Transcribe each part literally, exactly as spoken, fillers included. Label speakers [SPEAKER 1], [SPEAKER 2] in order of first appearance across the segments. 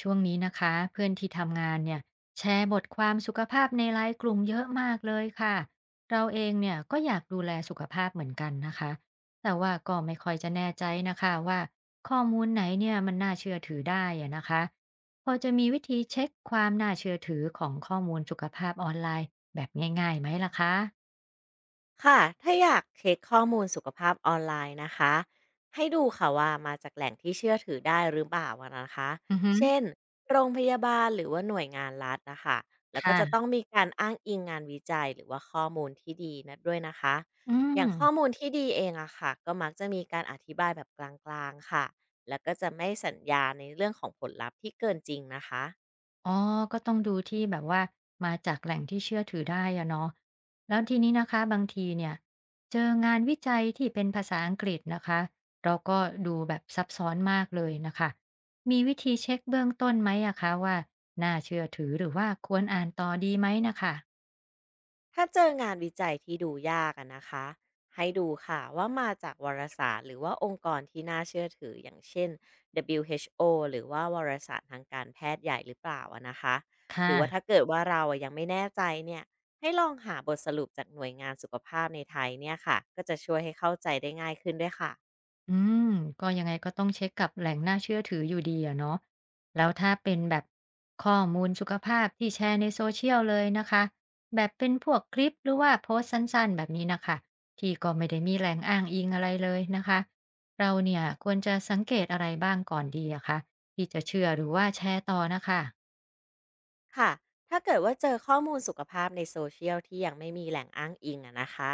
[SPEAKER 1] ช่วงนี้นะคะเพื่อนที่ทำงานเนี่ยแชร์บทความสุขภาพในไลน์กลุ่มเยอะมากเลยค่ะเราเองเนี่ยก็อยากดูแลสุขภาพเหมือนกันนะคะแต่ว่าก็ไม่ค่อยจะแน่ใจนะคะว่าข้อมูลไหนเนี่ยมันน่าเชื่อถือได้อะนะคะพอจะมีวิธีเช็คความน่าเชื่อถือของข้อมูลสุขภาพออนไลน์แบบง่ายๆไหมล่ะคะ
[SPEAKER 2] ค่ะถ้าอยากเช็คข้อมูลสุขภาพออนไลน์นะคะให้ดูค่ะว่ามาจากแหล่งที่เชื่อถือได้หรือเปล่าอะนะคะ
[SPEAKER 1] อือฮึ
[SPEAKER 2] เช่นโรงพยาบาลหรือว่าหน่วยงานรัฐนะคะแล้วก็
[SPEAKER 1] ค่ะ
[SPEAKER 2] จะต้องมีการอ้างอิงงานวิจัยหรือว่าข้อมูลที่ดีนะด้วยนะคะ
[SPEAKER 1] อื
[SPEAKER 2] อย่างข้อ
[SPEAKER 1] ม
[SPEAKER 2] มูลที่ดีเองอะค่ะก็มักจะมีการอธิบายแบบกลางๆค่ะแล้วก็จะไม่สัญญาในเรื่องของผลลัพธ์ที่เกินจริงนะคะ
[SPEAKER 1] อ๋อก็ต้องดูที่แบบว่ามาจากแหล่งที่เชื่อถือได้อะเนาะแล้วทีนี้นะคะบางทีเนี่ยเจองานวิจัยที่เป็นภาษาอังกฤษนะคะเราก็ดูแบบซับซ้อนมากเลยนะคะมีวิธีเช็คเบื้องต้นไหมอะคะว่าน่าเชื่อถือหรือว่าควรอ่านต่อดีไหมนะคะ
[SPEAKER 2] ถ้าเจองานวิจัยที่ดูยากอะนะคะให้ดูค่ะว่ามาจากวารสารหรือว่าองค์กรที่น่าเชื่อถืออย่างเช่น ดับเบิลยู เอช โอ หรือว่าวารสารทางการแพทย์ใหญ่หรือเปล่าอะนะคะหรื
[SPEAKER 1] ค่ะ
[SPEAKER 2] อว่าถ้าเกิดว่าเราอะยังไม่แน่ใจเนี่ยให้ลองหาบทสรุปจากหน่วยงานสุขภาพในไทยเนี่ยค่ะก็จะช่วยให้เข้าใจได้ง่ายขึ้นด้วยค่ะ
[SPEAKER 1] อืมก็ยังไงก็ต้องเช็คกับแหล่งน่าเชื่อถืออยู่ดีอะเนาะแล้วถ้าเป็นแบบข้อมูลสุขภาพที่แชร์ใน Social เชียลเลยนะคะแบบเป็นพวกคลิปหรือว่าโพสต์สั้นๆแบบนี้นะคะที่ก็ไม่ได้มีแหล่งอ้างอิงอะไรเลยนะคะเราเนี่ยควรจะสังเกตอะไรบ้างก่อนดีอะคะที่จะเชื่อหรือว่าแชร์ต่อนะคะ
[SPEAKER 2] ค่ะ ถ้าเกิดว่าเจอข้อมูลสุขภาพในโซเชียลที่ยังไม่มีแหล่งอ้างอิงอะนะคะ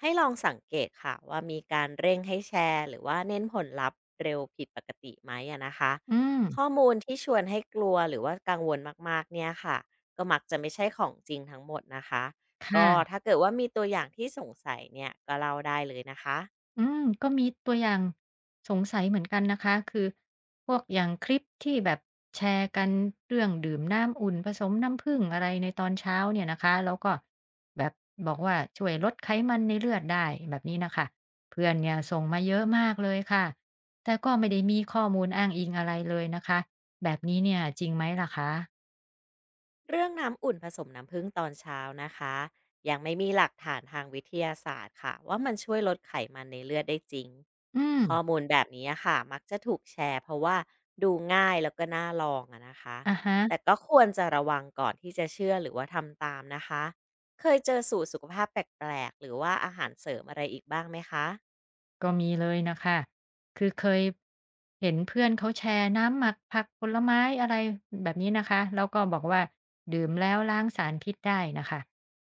[SPEAKER 2] ให้ลองสังเกตค่ะว่ามีการเร่งให้แชร์หรือว่าเน้นผลลัพธ์เร็วผิดปกติไหมอะนะคะ
[SPEAKER 1] อืม
[SPEAKER 2] ข้อมูลที่ชวนให้กลัวหรือว่ากังวลมากๆเนี่ยค่ะก็มักจะไม่ใช่ของจริงทั้งหมดนะคะ
[SPEAKER 1] ค
[SPEAKER 2] ก็ถ้า
[SPEAKER 1] ่ะ
[SPEAKER 2] เกิดว่ามีตัวอย่างที่สงสัยเนี่ยก็เล่าได้เลยนะคะ
[SPEAKER 1] อืมก็มีตัวอย่างสงสัยเหมือนกันนะคะคือพวกอย่างคลิปที่แบบแชร์กันเรื่องดื่มน้ำอุ่นผสมน้ำผึ้งอะไรในตอนเช้าเนี่ยนะคะแล้วก็แบบบอกว่าช่วยลดไขมันในเลือดได้แบบนี้นะคะเพื่อนเนี่ยส่งมาเยอะมากเลยค่ะแต่ก็ไม่ได้มีข้อมูลอ้างอิงอะไรเลยนะคะแบบนี้เนี่ยจริงไหมล่ะคะ
[SPEAKER 2] เรื่องน้ำอุ่นผสมน้ำผึ้งตอนเช้านะคะยังไม่มีหลักฐานทางวิทยาศาสตร์ค่ะว่ามันช่วยลดไขมันในเลือดได้จริง
[SPEAKER 1] อืม
[SPEAKER 2] ข้อมูลแบบนี้อะค่ะมักจะถูกแชร์เพราะว่าดูง่ายแล้วก็น่าลองอะนะคะ
[SPEAKER 1] อะฮะ
[SPEAKER 2] แต่ก็ควรจะระวังก่อนที่จะเชื่อหรือว่าทำตามนะคะเคยเจอสูตรสุขภาพแปลกๆหรือว่าอาหารเสริมอะไรอีกบ้างไหมคะ
[SPEAKER 1] ก็มีเลยนะคะ คือเคยเห็นเพื่อนเขาแชร์น้ำหมักผักผลไม้อะไรแบบนี้นะคะ แล้วก็บอกว่าดื่มแล้วล้างสารพิษได้นะคะ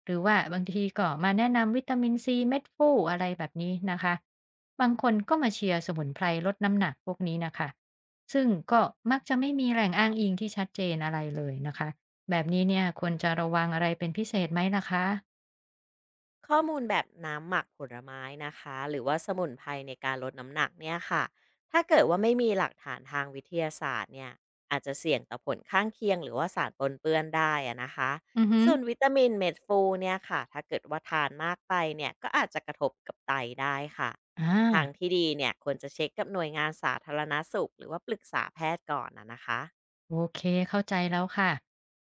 [SPEAKER 1] หรือว่าบางทีก็มาแนะนำวิตามินซีเม็ดฟู่อะไรแบบนี้นะคะบางคนก็มาเชียร์สมุนไพรลดน้ำหนักพวกนี้นะคะซึ่งก็มักจะไม่มีแหล่งอ้างอิงที่ชัดเจนอะไรเลยนะคะแบบนี้เนี่ยควรจะระวังอะไรเป็นพิเศษไหมล่ะคะ
[SPEAKER 2] ข้อมูลแบบน้ำหมักผลไม้นะคะหรือว่าสมุนไพรในการลดน้ำหนักเนี่ยค่ะถ้าเกิดว่าไม่มีหลักฐานทางวิทยาศาสตร์เนี่ยอาจจะเสี่ยงต่อผลข้างเคียงหรือว่าสารปนเปื้อนได้อะนะคะ
[SPEAKER 1] อือฮึ
[SPEAKER 2] ส่วนวิตามินเม็ดฟูเนี่ยค่ะถ้าเกิดว่าทานมากไปเนี่ยก็อาจจะกระทบกับไตได้ค่ะ
[SPEAKER 1] อ
[SPEAKER 2] ทาง
[SPEAKER 1] า
[SPEAKER 2] ที่ดีเนี่ยควรจะเช็คกับหน่วยงานสาธารณสุขหรือว่าปรึกษาแพทย์ก่อนนะนะคะ
[SPEAKER 1] โอเคเข้าใจแล้วค่ะ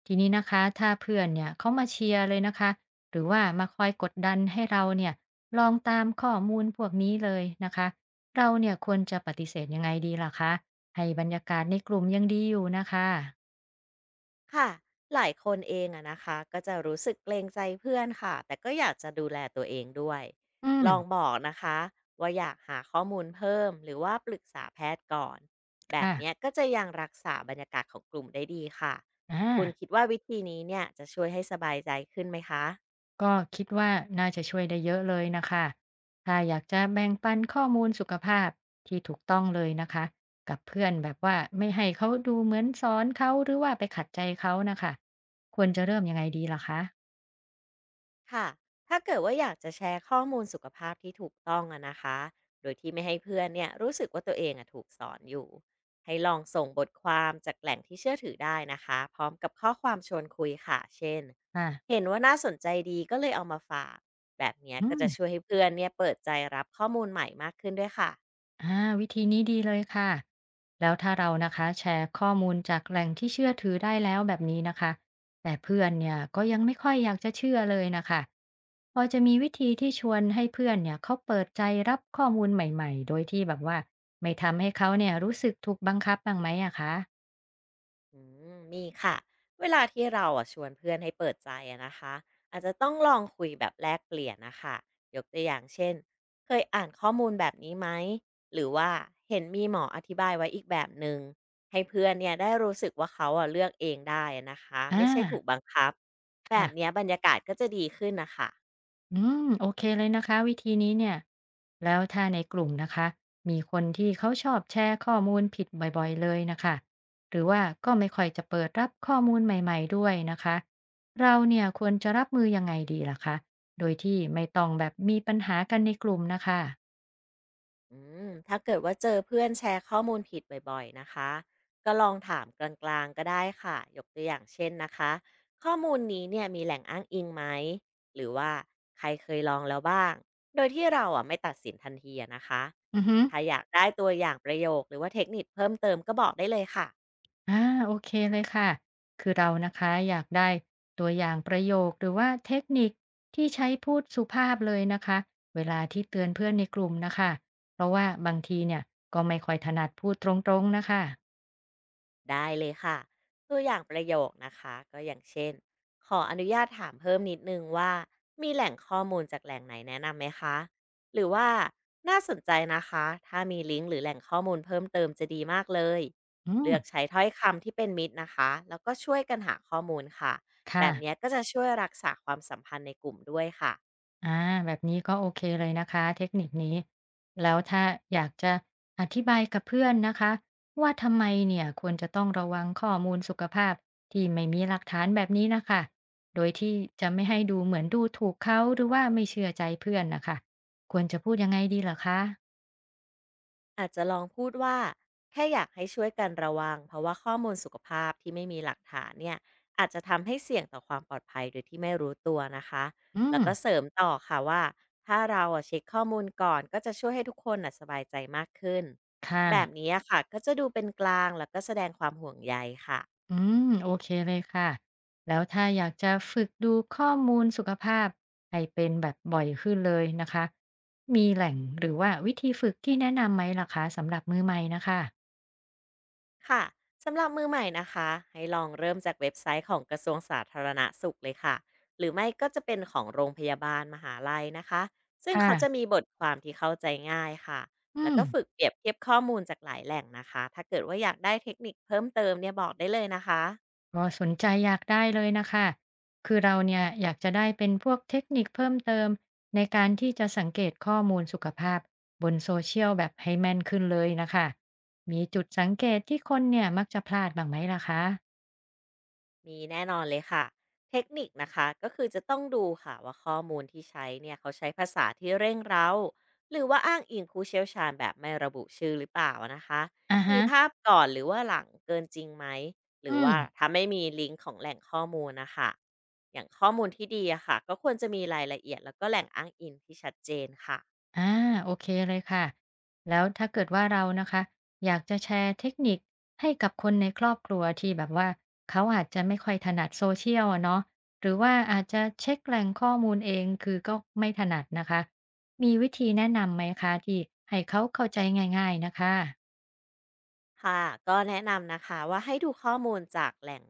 [SPEAKER 1] ทีนี้นะคะถ้าเพื่อนเนี่ยเขามาเชียร์เลยนะคะหรือว่ามาคอยกดดันให้เราเนี่ยลองตามข้อมูลพวกนี้เลยนะคะเราเนี่ยควรจะปฏิเสธยังไงดีล่ะคะให้บรรยากาศในกลุ่มยังดีอยู่นะคะ
[SPEAKER 2] ค่ะหลายคนเองอะนะคะก็จะรู้สึกเกรงใจเพื่อนค่ะแต่ก็อยากจะดูแลตัวเองด้วย
[SPEAKER 1] อืม
[SPEAKER 2] ลองบอกนะคะว่าอยากหาข้อมูลเพิ่มหรือว่าปรึกษาแพทย์ก่อนแบบเนี้ย
[SPEAKER 1] ค่ะ
[SPEAKER 2] ก็จะยังรักษาบรรยากาศของกลุ่มได้ดีค่ะ
[SPEAKER 1] อา
[SPEAKER 2] คุณคิดว่าวิธีนี้เนี่ยจะช่วยให้สบายใจขึ้นไหมคะ
[SPEAKER 1] ก็คิดว่าน่าจะช่วยได้เยอะเลยนะคะถ้าอยากจะแบ่งปันข้อมูลสุขภาพที่ถูกต้องเลยนะคะกับเพื่อนแบบว่าไม่ให้เขาดูเหมือนสอนเขาหรือว่าไปขัดใจเขานะคะควรจะเริ่มยังไงดีล่ะคะ
[SPEAKER 2] ค่ะ ถ้าเกิดว่าอยากจะแชร์ข้อมูลสุขภาพที่ถูกต้องอะนะคะโดยที่ไม่ให้เพื่อนเนี่ยรู้สึกว่าตัวเองอะถูกสอนอยู่ ให้ลองส่งบทความจากแหล่งที่เชื่อถือได้นะคะพร้อมกับข้อความชวนคุยค่ะเช่น
[SPEAKER 1] อ่า
[SPEAKER 2] เห็นว่าน่าสนใจดีก็เลยเอามาฝาก แบบเนี้ย
[SPEAKER 1] อื
[SPEAKER 2] ก็
[SPEAKER 1] ม
[SPEAKER 2] จะช่วยให้เพื่อนเนี่ยเปิดใจรับข้อมูลใหม่มากขึ้นด้วยค่ะ
[SPEAKER 1] อ่าวิธีนี้ดีเลยค่ะ แล้วถ้าเรานะคะแชร์ข้อมูลจากแหล่งที่เชื่อถือได้แล้วแบบนี้นะคะ แต่เพื่อนเนี่ยก็ยังไม่ค่อยอยากจะเชื่อเลยนะคะพอจะมีวิธีที่ชวนให้เพื่อนเนี่ยเขาเปิดใจรับข้อมูลใหม่ๆ โดยที่แบบว่าไม่ทำให้เขาเนี่ยรู้สึกถูกบังคับบ้างไหมอะคะ
[SPEAKER 2] อืมมีค่ะเวลาที่เราอ่ะชวนเพื่อนให้เปิดใจอะนะคะอาจจะต้องลองคุยแบบแลกเปลี่ยนนะคะยกตัวอย่างเช่นเคยอ่านข้อมูลแบบนี้ไหมหรือว่าเห็นมีหมออธิบายไว้อีกแบบหนึ่งให้เพื่อนเนี่ยได้รู้สึกว่าเขาอ่ะเลือกเองได้อะนะคะ
[SPEAKER 1] อ่
[SPEAKER 2] ไม่ใช่ถูก
[SPEAKER 1] า
[SPEAKER 2] บังคับแบบเนี้ย
[SPEAKER 1] ค่ะ
[SPEAKER 2] บรรยากาศก็จะดีขึ้นนะคะ
[SPEAKER 1] อืมโอเคเลยนะคะวิธีนี้เนี่ยแล้วถ้าในกลุ่มนะคะมีคนที่เขาชอบแชร์ข้อมูลผิดบ่อยๆเลยนะคะหรือว่าก็ไม่ค่อยจะเปิดรับข้อมูลใหม่ๆด้วยนะคะเราเนี่ยควรจะรับมือยังไงดีล่ะคะโดยที่ไม่ต้องแบบมีปัญหากันในกลุ่มนะคะ
[SPEAKER 2] อืมถ้าเกิดว่าเจอเพื่อนแชร์ข้อมูลผิดบ่อยๆ นะคะ ก็ลองถามกลางๆก็ได้ค่ะ ยกตัวอย่างเช่นนะคะ ข้อมูลนี้เนี่ยมีแหล่งอ้างอิงไหม หรือว่าใครเคยลองแล้วบ้าง โดยที่เราอ่ะไม่ตัดสินทันทีอะนะคะ
[SPEAKER 1] อือฮึ
[SPEAKER 2] ถ้าอยากได้ตัวอย่างประโยคหรือว่าเทคนิคเพิ่มเติมก็บอกได้เลยค่ะ
[SPEAKER 1] อ่าโอเคเลยค่ะคือเรานะคะอยากได้ตัวอย่างประโยคหรือว่าเทคนิคที่ใช้พูดสุภาพเลยนะคะเวลาที่เตือนเพื่อนในกลุ่มนะคะเพราะว่าบางทีเนี่ยก็ไม่ค่อยถนัดพูดตรงๆนะคะ
[SPEAKER 2] ได้เลยค่ะตัวอย่างประโยคนะคะก็อย่างเช่นขออนุญาตถามเพิ่มนิดนึงว่ามีแหล่งข้อมูลจากแหล่งไหนแนะนำไหมคะหรือว่าน่าสนใจนะคะถ้ามีลิงก์หรือแหล่งข้อมูลเพิ่มเติมจะดีมากเลย
[SPEAKER 1] อืม
[SPEAKER 2] เลือกใช้ถ้อยคำที่เป็นมิตรนะคะแล้วก็ช่วยกันหาข้อมูลค่ะแบ
[SPEAKER 1] ค่ะ
[SPEAKER 2] บเนี้ยก็จะช่วยรักษาความสัมพันธ์ในกลุ่มด้วยค่ะ
[SPEAKER 1] อาแบบนี้ก็โอเคเลยนะคะเทคนิคนี้แล้วถ้าอยากจะอธิบายกับเพื่อนนะคะว่าทำไมเนี่ยควรจะต้องระวังข้อมูลสุขภาพที่ไม่มีหลักฐานแบบนี้นะคะโดยที่จะไม่ให้ดูเหมือนดูถูกเขาหรือว่าไม่เชื่อใจเพื่อนนะคะควรจะพูดยังไงดีเหรอคะ
[SPEAKER 2] อาจจะลองพูดว่าแค่อยากให้ช่วยกันระวังเพราะว่าข้อมูลสุขภาพที่ไม่มีหลักฐานเนี่ยอาจจะทำให้เสี่ยงต่อความปลอดภัยโดยที่ไม่รู้ตัวนะคะ
[SPEAKER 1] อืม
[SPEAKER 2] แล้วก็เสริมต่อค่ะว่าถ้าเราอะเช็คข้อมูลก่อนก็จะช่วยให้ทุกคนน่ะสบายใจมากขึ้น
[SPEAKER 1] ค
[SPEAKER 2] แบบ
[SPEAKER 1] ่ะ
[SPEAKER 2] นี้อะค่ะก็จะดูเป็นกลางแล้วก็แสดงความห่วงใยค่ะ
[SPEAKER 1] อืมโอเคเลยค่ะแล้วถ้าอยากจะฝึกดูข้อมูลสุขภาพให้เป็นแบบบ่อยขึ้นเลยนะคะมีแหล่งหรือว่าวิธีฝึกที่แนะนำไหมล่ะคะสำหรับมือใหม่นะคะ
[SPEAKER 2] ค่ะสำหรับมือใหม่นะคะให้ลองเริ่มจากเว็บไซต์ของกระทรวงสาธารณสุขเลยค่ะหรือไม่ก็จะเป็นของโรงพยาบาลมหาลัยนะคะซึ่งเขาจะมี
[SPEAKER 1] ค่ะ
[SPEAKER 2] บทความที่เข้าใจง่ายค่ะ
[SPEAKER 1] อื
[SPEAKER 2] แล้ว
[SPEAKER 1] ม
[SPEAKER 2] ก็ฝึกเปรียบเทียบข้อมูลจากหลายแหล่งนะคะถ้าเกิดว่าอยากได้เทคนิคเพิ่มเติมเนี่ยบอกได้เลยนะคะ
[SPEAKER 1] ก็สนใจอยากได้เลยนะคะคือเราเนี่ยอยากจะได้เป็นพวกเทคนิคเพิ่มเติมในการที่จะสังเกตข้อมูลสุขภาพบนโซเชียลแบบให้แม่นขึ้นเลยนะคะมีจุดสังเกตที่คนเนี่ยมักจะพลาดบ้างไหมล่ะคะ
[SPEAKER 2] มีแน่นอนเลยค่ะเทคนิคนะคะก็คือจะต้องดูค่ะว่าข้อมูลที่ใช้เนี่ยเขาใช้ภาษาที่เร่งเร้าหรือว่าอ้างอิงผู้เชี่ยวชาญแบบไม่ระบุชื่อหรือเปล่านะคะ
[SPEAKER 1] อ่า
[SPEAKER 2] มี
[SPEAKER 1] ฮะ
[SPEAKER 2] ภาพก่อนหรือว่าหลังเกินจริงไหมหรือ
[SPEAKER 1] อื
[SPEAKER 2] ว่า
[SPEAKER 1] ม
[SPEAKER 2] ถ้าไม่มีลิงก์ของแหล่งข้อมูลนะคะอย่างข้อมูลที่ดีอะค่ะก็ควรจะมีรายละเอียดแล้วก็แหล่งอ้างอิงที่ชัดเจนค่ะ
[SPEAKER 1] อ่าโอเคเลยค่ะแล้วถ้าเกิดว่าเรานะคะอยากจะแชร์เทคนิคให้กับคนในครอบครัวที่แบบว่าเขาอาจจะไม่ค่อยถนัดโซเชียลอะเนาะหรือว่าอาจจะเช็คแหล่งข้อมูลเองคือก็ไม่ถนัดนะคะมีวิธีแนะนำไหมคะที่ให้เขาเข้าใจง่ายๆนะคะ
[SPEAKER 2] ค่ะก็แนะนำนะคะว่าให้ดูข้อมูลจากแหล่ง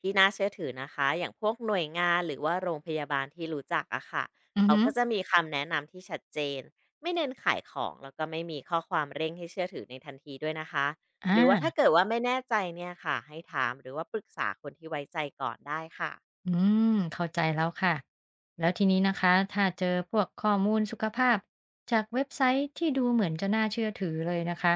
[SPEAKER 2] ที่น่าเชื่อถือนะคะอย่างพวกหน่วยงานหรือว่าโรงพยาบาลที่รู้จักอะค่ะ
[SPEAKER 1] อือ
[SPEAKER 2] เขา
[SPEAKER 1] ฮึ
[SPEAKER 2] ก็จะมีคำแนะนำที่ชัดเจนไม่เน้นขายของแล้วก็ไม่มีข้อความเร่งให้เชื่อถือในทันทีด้วยนะคะหรือว่าถ้า
[SPEAKER 1] อา
[SPEAKER 2] เกิดว่าไม่แน่ใจเนี่ยค่ะให้ถามหรือว่าปรึกษาคนที่ไว้ใจก่อนได้ค่ะ
[SPEAKER 1] อืมเข้าใจแล้วค่ะแล้วทีนี้นะคะถ้าเจอพวกข้อมูลสุขภาพจากเว็บไซต์ที่ดูเหมือนจะน่าเชื่อถือเลยนะคะ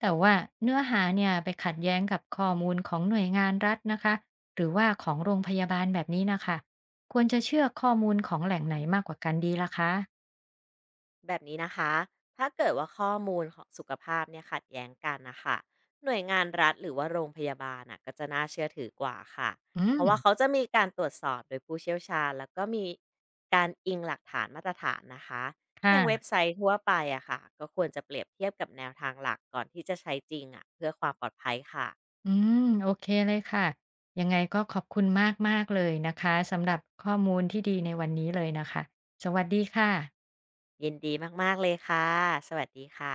[SPEAKER 1] แต่ว่าเนื้อหาเนี่ยไปขัดแย้งกับข้อมูลของหน่วยงานรัฐนะคะหรือว่าของโรงพยาบาลแบบนี้นะคะควรจะเชื่อข้อมูลของแหล่งไหนมากกว่ากันดีล่ะคะ
[SPEAKER 2] แบบนี้นะคะ ถ้าเกิดว่าข้อมูลของสุขภาพเนี่ยขัดแย้งกันนะคะ หน่วยงานรัฐหรือว่าโรงพยาบาลน่ะก็จะน่าเชื่อถือกว่าค่ะ
[SPEAKER 1] อื
[SPEAKER 2] เพราะ
[SPEAKER 1] ม
[SPEAKER 2] ว่าเขาจะมีการตรวจสอบโดยผู้เชี่ยวชาญแล้วก็มีการอิงหลักฐานมาตรฐานนะคะ อย่างเว็บ
[SPEAKER 1] ค่ะ
[SPEAKER 2] ไซต์ทั่วไปอะค่ะก็ควรจะเปรียบเทียบกับแนวทางหลักก่อนที่จะใช้จริงอะเพื่อความปลอดภัยค่ะ
[SPEAKER 1] อืมโอเคเลยค่ะยังไงก็ขอบคุณมากมากเลยนะคะสำหรับข้อมูลที่ดีในวันนี้เลยนะคะสวัสดีค่ะ
[SPEAKER 2] ยินดีมากๆเลยค่ะสวัสดีค่ะ